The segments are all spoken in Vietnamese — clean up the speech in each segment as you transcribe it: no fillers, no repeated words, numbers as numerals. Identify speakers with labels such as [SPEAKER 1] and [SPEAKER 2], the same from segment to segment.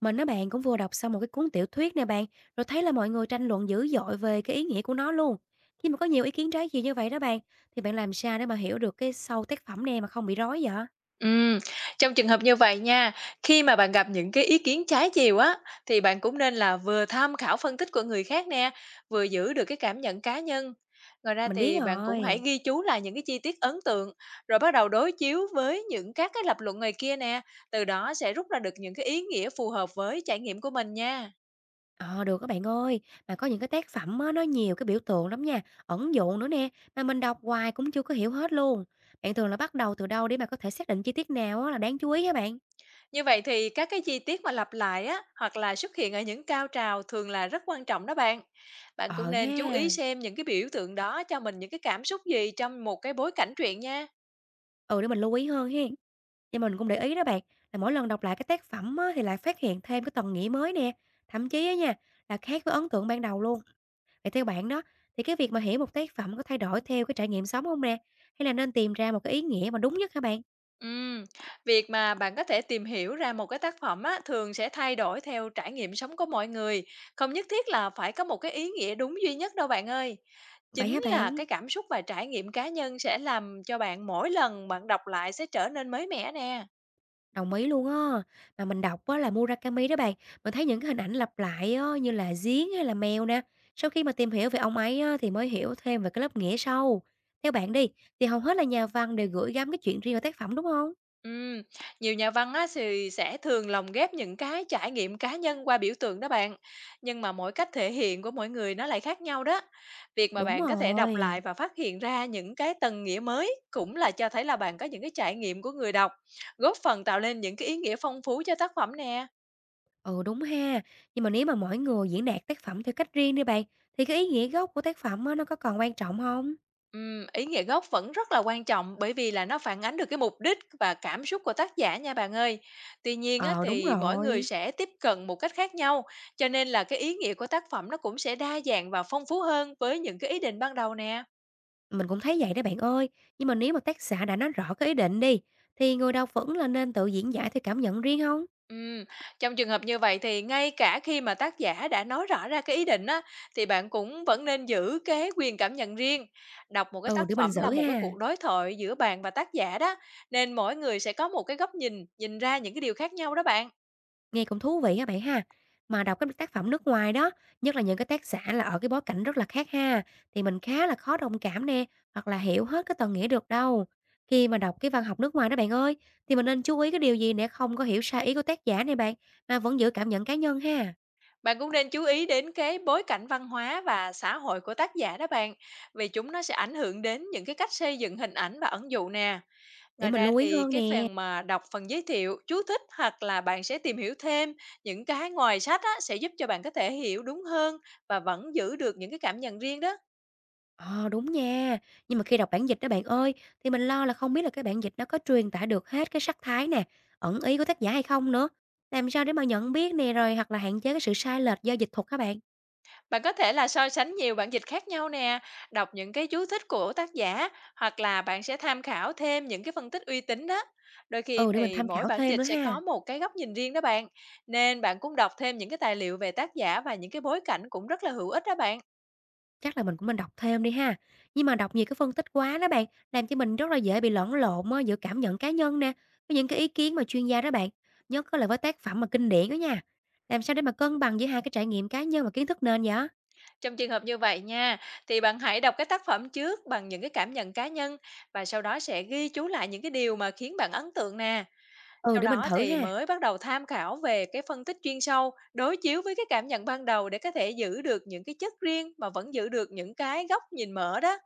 [SPEAKER 1] Mình á bạn cũng vừa đọc xong một cái cuốn tiểu thuyết nè bạn, rồi thấy là mọi người tranh luận dữ dội về cái ý nghĩa của nó luôn. Khi mà có nhiều ý kiến trái chiều như vậy đó bạn, thì bạn làm sao để mà hiểu được cái sâu tác phẩm nè mà không bị rối vậy?
[SPEAKER 2] Ừm, Trong trường hợp như vậy nha, khi mà bạn gặp những cái ý kiến trái chiều á, thì bạn cũng nên là vừa tham khảo phân tích của người khác nè, vừa giữ được cái cảm nhận cá nhân. Ngoài ra
[SPEAKER 1] Mình biết
[SPEAKER 2] thì bạn cũng hãy
[SPEAKER 1] rồi.
[SPEAKER 2] ghi chú lại những cái chi tiết ấn tượng, rồi bắt đầu đối chiếu với những các cái lập luận người kia nè, từ đó sẽ rút ra được những cái ý nghĩa phù hợp với trải nghiệm của mình nha.
[SPEAKER 1] Ờ được các bạn ơi, mà có những cái tác phẩm á, nó nhiều cái biểu tượng lắm nha, ẩn dụ nữa nè, mà mình đọc hoài cũng chưa có hiểu hết luôn. Bạn thường là bắt đầu từ đâu để mà có thể xác định chi tiết nào á, là đáng chú ý hả bạn?
[SPEAKER 2] Như vậy thì các cái chi tiết mà lặp lại á, hoặc là xuất hiện ở những cao trào thường là rất quan trọng đó bạn. Bạn cũng
[SPEAKER 1] Ờ
[SPEAKER 2] nên chú ý
[SPEAKER 1] ha.
[SPEAKER 2] xem những cái biểu tượng đó cho mình những cái cảm xúc gì trong một cái bối cảnh truyện nha.
[SPEAKER 1] Ừ, để mình lưu ý hơn hen. Và mình cũng để ý đó bạn, là mỗi lần đọc lại cái tác phẩm á, thì lại phát hiện thêm cái tầng nghĩa mới nè. Thậm chí á nha, là khác với ấn tượng ban đầu luôn. Vậy theo bạn đó, thì cái việc mà hiểu một tác phẩm có thay đổi theo cái trải nghiệm sống không nè? Hay là nên tìm ra một cái ý nghĩa mà đúng nhất hả bạn?
[SPEAKER 2] Ừm, Việc mà bạn có thể tìm hiểu ra một cái tác phẩm á, thường sẽ thay đổi theo trải nghiệm sống của mọi người, không nhất thiết là phải có một cái ý nghĩa đúng duy nhất đâu bạn ơi.
[SPEAKER 1] Vậy
[SPEAKER 2] Chính
[SPEAKER 1] hả
[SPEAKER 2] là
[SPEAKER 1] bạn?
[SPEAKER 2] cái cảm xúc và trải nghiệm cá nhân sẽ làm cho bạn mỗi lần bạn đọc lại sẽ trở nên mới mẻ nè.
[SPEAKER 1] Đồng ý luôn á. Mà mình đọc á là Murakami đó bạn, mình thấy những cái hình ảnh lặp lại á, như là giếng hay là mèo nè. Sau khi mà tìm hiểu về ông ấy á, thì mới hiểu thêm về cái lớp nghĩa sâu. Theo bạn đi, thì hầu hết là nhà văn đều gửi gắm cái chuyện riêng vào tác phẩm đúng không?
[SPEAKER 2] Ừm, Nhiều nhà văn á thì sẽ thường lồng ghép những cái trải nghiệm cá nhân qua biểu tượng đó bạn. Nhưng mà mỗi cách thể hiện của mỗi người nó lại khác nhau đó. Việc mà
[SPEAKER 1] Đúng
[SPEAKER 2] bạn có thể đọc lại
[SPEAKER 1] rồi.
[SPEAKER 2] và phát hiện ra những cái tầng nghĩa mới cũng là cho thấy là bạn có những cái trải nghiệm của người đọc, góp phần tạo nên những cái ý nghĩa phong phú cho tác phẩm nè.
[SPEAKER 1] Ừ đúng ha. Nhưng mà nếu mà mỗi người diễn đạt tác phẩm theo cách riêng đi bạn, thì cái ý nghĩa gốc của tác phẩm á, nó có còn quan trọng không?
[SPEAKER 2] Ý nghĩa gốc vẫn rất là quan trọng bởi vì là nó phản ánh được cái mục đích và cảm xúc của tác giả nha bạn ơi. Tuy nhiên á,
[SPEAKER 1] Ờ đúng
[SPEAKER 2] thì mỗi người
[SPEAKER 1] rồi.
[SPEAKER 2] sẽ tiếp cận một cách khác nhau, cho nên là cái ý nghĩa của tác phẩm nó cũng sẽ đa dạng và phong phú hơn với những cái ý định ban đầu nè.
[SPEAKER 1] Mình cũng thấy vậy đó bạn ơi. Nhưng mà nếu mà tác giả đã nói rõ cái ý định đi, thì người đọc vẫn là nên tự diễn giải theo cảm nhận riêng không?
[SPEAKER 2] Ừm, Trong trường hợp như vậy thì ngay cả khi mà tác giả đã nói rõ ra cái ý định á, thì bạn cũng vẫn nên giữ cái quyền cảm nhận riêng. Đọc một cái
[SPEAKER 1] Ừ,
[SPEAKER 2] tác
[SPEAKER 1] để mình
[SPEAKER 2] phẩm là
[SPEAKER 1] giữ
[SPEAKER 2] một cái
[SPEAKER 1] ha.
[SPEAKER 2] cuộc đối thoại giữa bạn và tác giả đó, nên mỗi người sẽ có một cái góc nhìn, nhìn ra những cái điều khác nhau đó bạn.
[SPEAKER 1] Nghe cũng thú vị á bạn ha. Mà đọc các tác phẩm nước ngoài đó, nhất là những cái tác giả là ở cái bối cảnh rất là khác ha, thì mình khá là khó đồng cảm nè, hoặc là hiểu hết cái tầng nghĩa được đâu. Khi mà đọc cái văn học nước ngoài đó bạn ơi, thì mình nên chú ý cái điều gì để không có hiểu sai ý của tác giả này bạn, mà vẫn giữ cảm nhận cá nhân ha,
[SPEAKER 2] Bạn cũng nên chú ý đến cái bối cảnh văn hóa và xã hội của tác giả đó bạn, vì chúng nó sẽ ảnh hưởng đến những cái cách xây dựng hình ảnh và ẩn dụ nè.
[SPEAKER 1] để
[SPEAKER 2] Ngoài
[SPEAKER 1] mình
[SPEAKER 2] ra
[SPEAKER 1] lưu ý
[SPEAKER 2] thì
[SPEAKER 1] hơn
[SPEAKER 2] cái
[SPEAKER 1] nè.
[SPEAKER 2] phần mà đọc phần giới thiệu, chú thích hoặc là bạn sẽ tìm hiểu thêm những cái ngoài sách á, sẽ giúp cho bạn có thể hiểu đúng hơn và vẫn giữ được những cái cảm nhận riêng đó.
[SPEAKER 1] Ờ, đúng nha. Nhưng mà khi đọc bản dịch đó bạn ơi, thì mình lo là không biết là cái bản dịch nó có truyền tải được hết cái sắc thái nè, ẩn ý của tác giả hay không nữa. Làm sao để mà nhận biết nè, rồi hoặc là hạn chế cái sự sai lệch do dịch thuật các bạn.
[SPEAKER 2] Bạn có thể là so sánh nhiều bản dịch khác nhau nè, đọc những cái chú thích của tác giả hoặc là bạn sẽ tham khảo thêm những cái phân tích uy tín đó. Đôi khi
[SPEAKER 1] Ừ, để mình
[SPEAKER 2] thì
[SPEAKER 1] tham
[SPEAKER 2] mỗi
[SPEAKER 1] khảo
[SPEAKER 2] bản
[SPEAKER 1] thêm
[SPEAKER 2] dịch
[SPEAKER 1] nữa
[SPEAKER 2] sẽ
[SPEAKER 1] ha.
[SPEAKER 2] có một cái góc nhìn riêng đó bạn. Nên bạn cũng đọc thêm những cái tài liệu về tác giả và những cái bối cảnh cũng rất là hữu ích đó bạn.
[SPEAKER 1] Chắc là mình cũng nên đọc thêm đi ha. Nhưng mà đọc nhiều cái phân tích quá đó bạn, làm cho mình rất là dễ bị lẫn lộn á, giữa cảm nhận cá nhân nè, với những cái ý kiến mà chuyên gia đó bạn. Nhất là với tác phẩm mà kinh điển đó nha. Làm sao để mà cân bằng giữa hai cái trải nghiệm cá nhân và kiến thức nền vậy?
[SPEAKER 2] Trong trường hợp như vậy nha, thì bạn hãy đọc cái tác phẩm trước bằng những cái cảm nhận cá nhân và sau đó sẽ ghi chú lại những cái điều mà khiến bạn ấn tượng nè.
[SPEAKER 1] Ừ,
[SPEAKER 2] Sau
[SPEAKER 1] để mình
[SPEAKER 2] đó
[SPEAKER 1] thử
[SPEAKER 2] thì
[SPEAKER 1] ha.
[SPEAKER 2] mới bắt đầu tham khảo về cái phân tích chuyên sâu, đối chiếu với cái cảm nhận ban đầu để có thể giữ được những cái chất riêng mà vẫn giữ được những cái góc nhìn mở đó.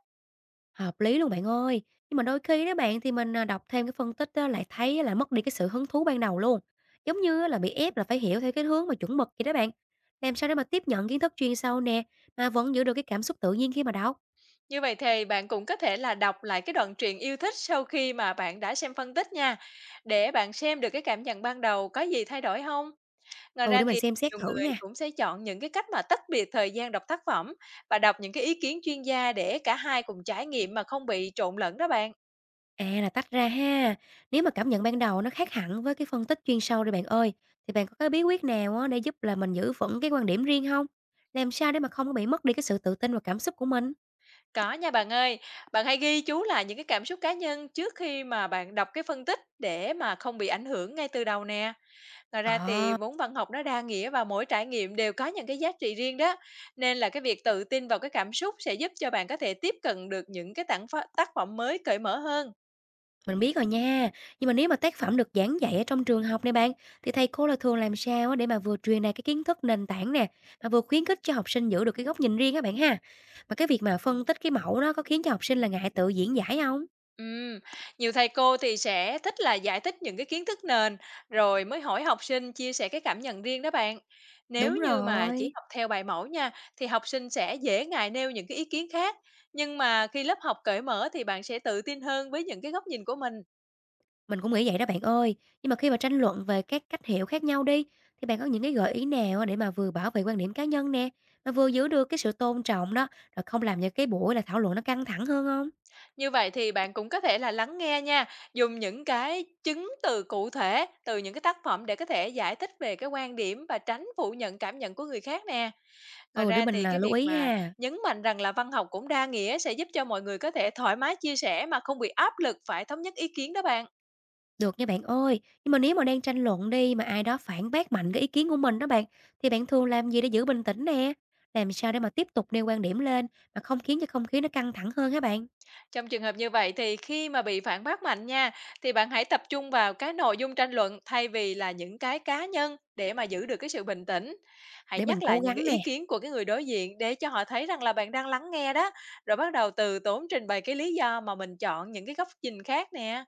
[SPEAKER 1] Hợp lý luôn bạn ơi. Nhưng mà đôi khi đó bạn thì mình, đọc thêm cái phân tích á lại thấy á là mất đi cái sự hứng thú ban đầu luôn, giống như á là bị ép là phải hiểu theo cái hướng mà chuẩn mực vậy đó bạn. Làm sao để mà tiếp nhận kiến thức chuyên sâu nè, mà vẫn giữ được cái cảm xúc tự nhiên khi mà đọc?
[SPEAKER 2] Như vậy thì bạn cũng có thể là đọc lại cái đoạn truyện yêu thích sau khi mà bạn đã xem phân tích nha, để bạn xem được cái cảm nhận ban đầu có gì thay đổi không. Ngoài
[SPEAKER 1] Ừ,
[SPEAKER 2] ra
[SPEAKER 1] để mình
[SPEAKER 2] thì
[SPEAKER 1] xem xét
[SPEAKER 2] nhiều
[SPEAKER 1] thử
[SPEAKER 2] người
[SPEAKER 1] nha.
[SPEAKER 2] cũng sẽ chọn những cái cách mà tách biệt thời gian đọc tác phẩm và đọc những cái ý kiến chuyên gia để cả hai cùng trải nghiệm mà không bị trộn lẫn đó bạn.
[SPEAKER 1] À, là tách ra ha. Nếu mà cảm nhận ban đầu nó khác hẳn với cái phân tích chuyên sâu đi bạn ơi, thì bạn có cái bí quyết nào á để giúp là mình giữ vững cái quan điểm riêng không? Làm sao để mà không có bị mất đi cái sự tự tin và cảm xúc của mình?
[SPEAKER 2] Có nha bạn ơi. Bạn hãy ghi chú lại những cái cảm xúc cá nhân trước khi mà bạn đọc cái phân tích để mà không bị ảnh hưởng ngay từ đầu nè. Ngoài ra thì
[SPEAKER 1] Ờ.
[SPEAKER 2] vốn văn học nó đa nghĩa và mỗi trải nghiệm đều có những cái giá trị riêng đó. Nên là cái việc tự tin vào cái cảm xúc sẽ giúp cho bạn có thể tiếp cận được những cái tác phẩm mới cởi mở hơn.
[SPEAKER 1] Mình biết rồi nha, nhưng mà nếu mà tác phẩm được giảng dạy ở trong trường học này bạn, thì thầy cô là thường làm sao á để mà vừa truyền đạt cái kiến thức nền tảng nè, mà vừa khuyến khích cho học sinh giữ được cái góc nhìn riêng các bạn ha. Mà cái việc mà phân tích cái mẫu đó có khiến cho học sinh là ngại tự diễn giải không?
[SPEAKER 2] Ừm, Nhiều thầy cô thì sẽ thích là giải thích những cái kiến thức nền rồi mới hỏi học sinh chia sẻ cái cảm nhận riêng đó bạn. Nếu
[SPEAKER 1] Đúng
[SPEAKER 2] như mà chỉ
[SPEAKER 1] rồi,
[SPEAKER 2] học theo bài mẫu nha thì học sinh sẽ dễ ngại nêu những cái ý kiến khác. Nhưng mà khi lớp học cởi mở thì bạn sẽ tự tin hơn với những cái góc nhìn của mình.
[SPEAKER 1] mình cũng nghĩ vậy đó bạn ơi. Nhưng mà khi mà tranh luận về các cách hiểu khác nhau đi, thì bạn có những cái gợi ý nào á để mà vừa bảo vệ quan điểm cá nhân nè, mà vừa giữ được cái sự tôn trọng đó, rồi không làm cho cái buổi là thảo luận nó căng thẳng hơn không?
[SPEAKER 2] Như vậy thì bạn cũng có thể là lắng nghe nha, dùng những cái chứng từ cụ thể từ những cái tác phẩm để có thể giải thích về cái quan điểm và tránh phủ nhận cảm nhận của người khác nè. Ngoài
[SPEAKER 1] Ừ, để
[SPEAKER 2] ra
[SPEAKER 1] mình
[SPEAKER 2] thì
[SPEAKER 1] là
[SPEAKER 2] cái
[SPEAKER 1] lưu
[SPEAKER 2] việc
[SPEAKER 1] ý
[SPEAKER 2] mà
[SPEAKER 1] ha.
[SPEAKER 2] nhấn mạnh rằng là văn học cũng đa nghĩa sẽ giúp cho mọi người có thể thoải mái chia sẻ mà không bị áp lực phải thống nhất ý kiến đó bạn.
[SPEAKER 1] Được nha bạn ơi, nhưng mà nếu mà đang tranh luận đi mà ai đó phản bác mạnh cái ý kiến của mình đó bạn, thì bạn thường làm gì để giữ bình tĩnh nè? Làm sao để mà tiếp tục nêu quan điểm lên mà không khiến cho không khí nó căng thẳng hơn hả bạn?
[SPEAKER 2] Trong trường hợp như vậy thì khi mà bị phản bác mạnh nha, thì bạn hãy tập trung vào cái nội dung tranh luận thay vì là những cái cá nhân để mà giữ được cái sự bình tĩnh. Hãy
[SPEAKER 1] Để
[SPEAKER 2] nhắc
[SPEAKER 1] mình
[SPEAKER 2] lại
[SPEAKER 1] cố
[SPEAKER 2] những cái
[SPEAKER 1] gắng
[SPEAKER 2] ý
[SPEAKER 1] nè.
[SPEAKER 2] kiến của cái người đối diện để cho họ thấy rằng là bạn đang lắng nghe đó, rồi bắt đầu từ tốn trình bày cái lý do mà mình chọn những cái góc nhìn khác nè.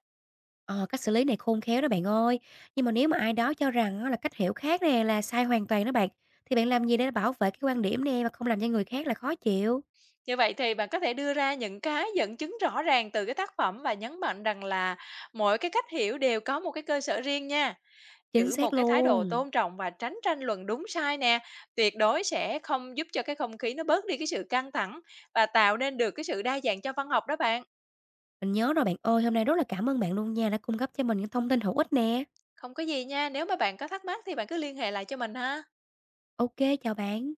[SPEAKER 1] Ờ, cách xử lý này khôn khéo đó bạn ơi. Nhưng mà nếu mà ai đó cho rằng á là cách hiểu khác nè là sai hoàn toàn đó bạn, thì bạn làm gì để bảo vệ cái quan điểm nè mà không làm cho người khác là khó chịu?
[SPEAKER 2] Như vậy thì bạn có thể đưa ra những cái dẫn chứng rõ ràng từ cái tác phẩm và nhấn mạnh rằng là mỗi cái cách hiểu đều có một cái cơ sở riêng nha.
[SPEAKER 1] Chính
[SPEAKER 2] Giữ một
[SPEAKER 1] xác
[SPEAKER 2] cái thái độ
[SPEAKER 1] luôn.
[SPEAKER 2] tôn trọng và tránh tranh luận đúng sai nè, tuyệt đối sẽ không giúp cho cái không khí nó bớt đi cái sự căng thẳng và tạo nên được cái sự đa dạng cho văn học đó bạn.
[SPEAKER 1] Mình nhớ rồi bạn ơi, hôm nay rất là cảm ơn bạn luôn nha đã cung cấp cho mình những thông tin hữu ích nè.
[SPEAKER 2] Không có gì nha, nếu mà bạn có thắc mắc thì bạn cứ liên hệ lại cho mình ha.
[SPEAKER 1] Ok, chào bạn.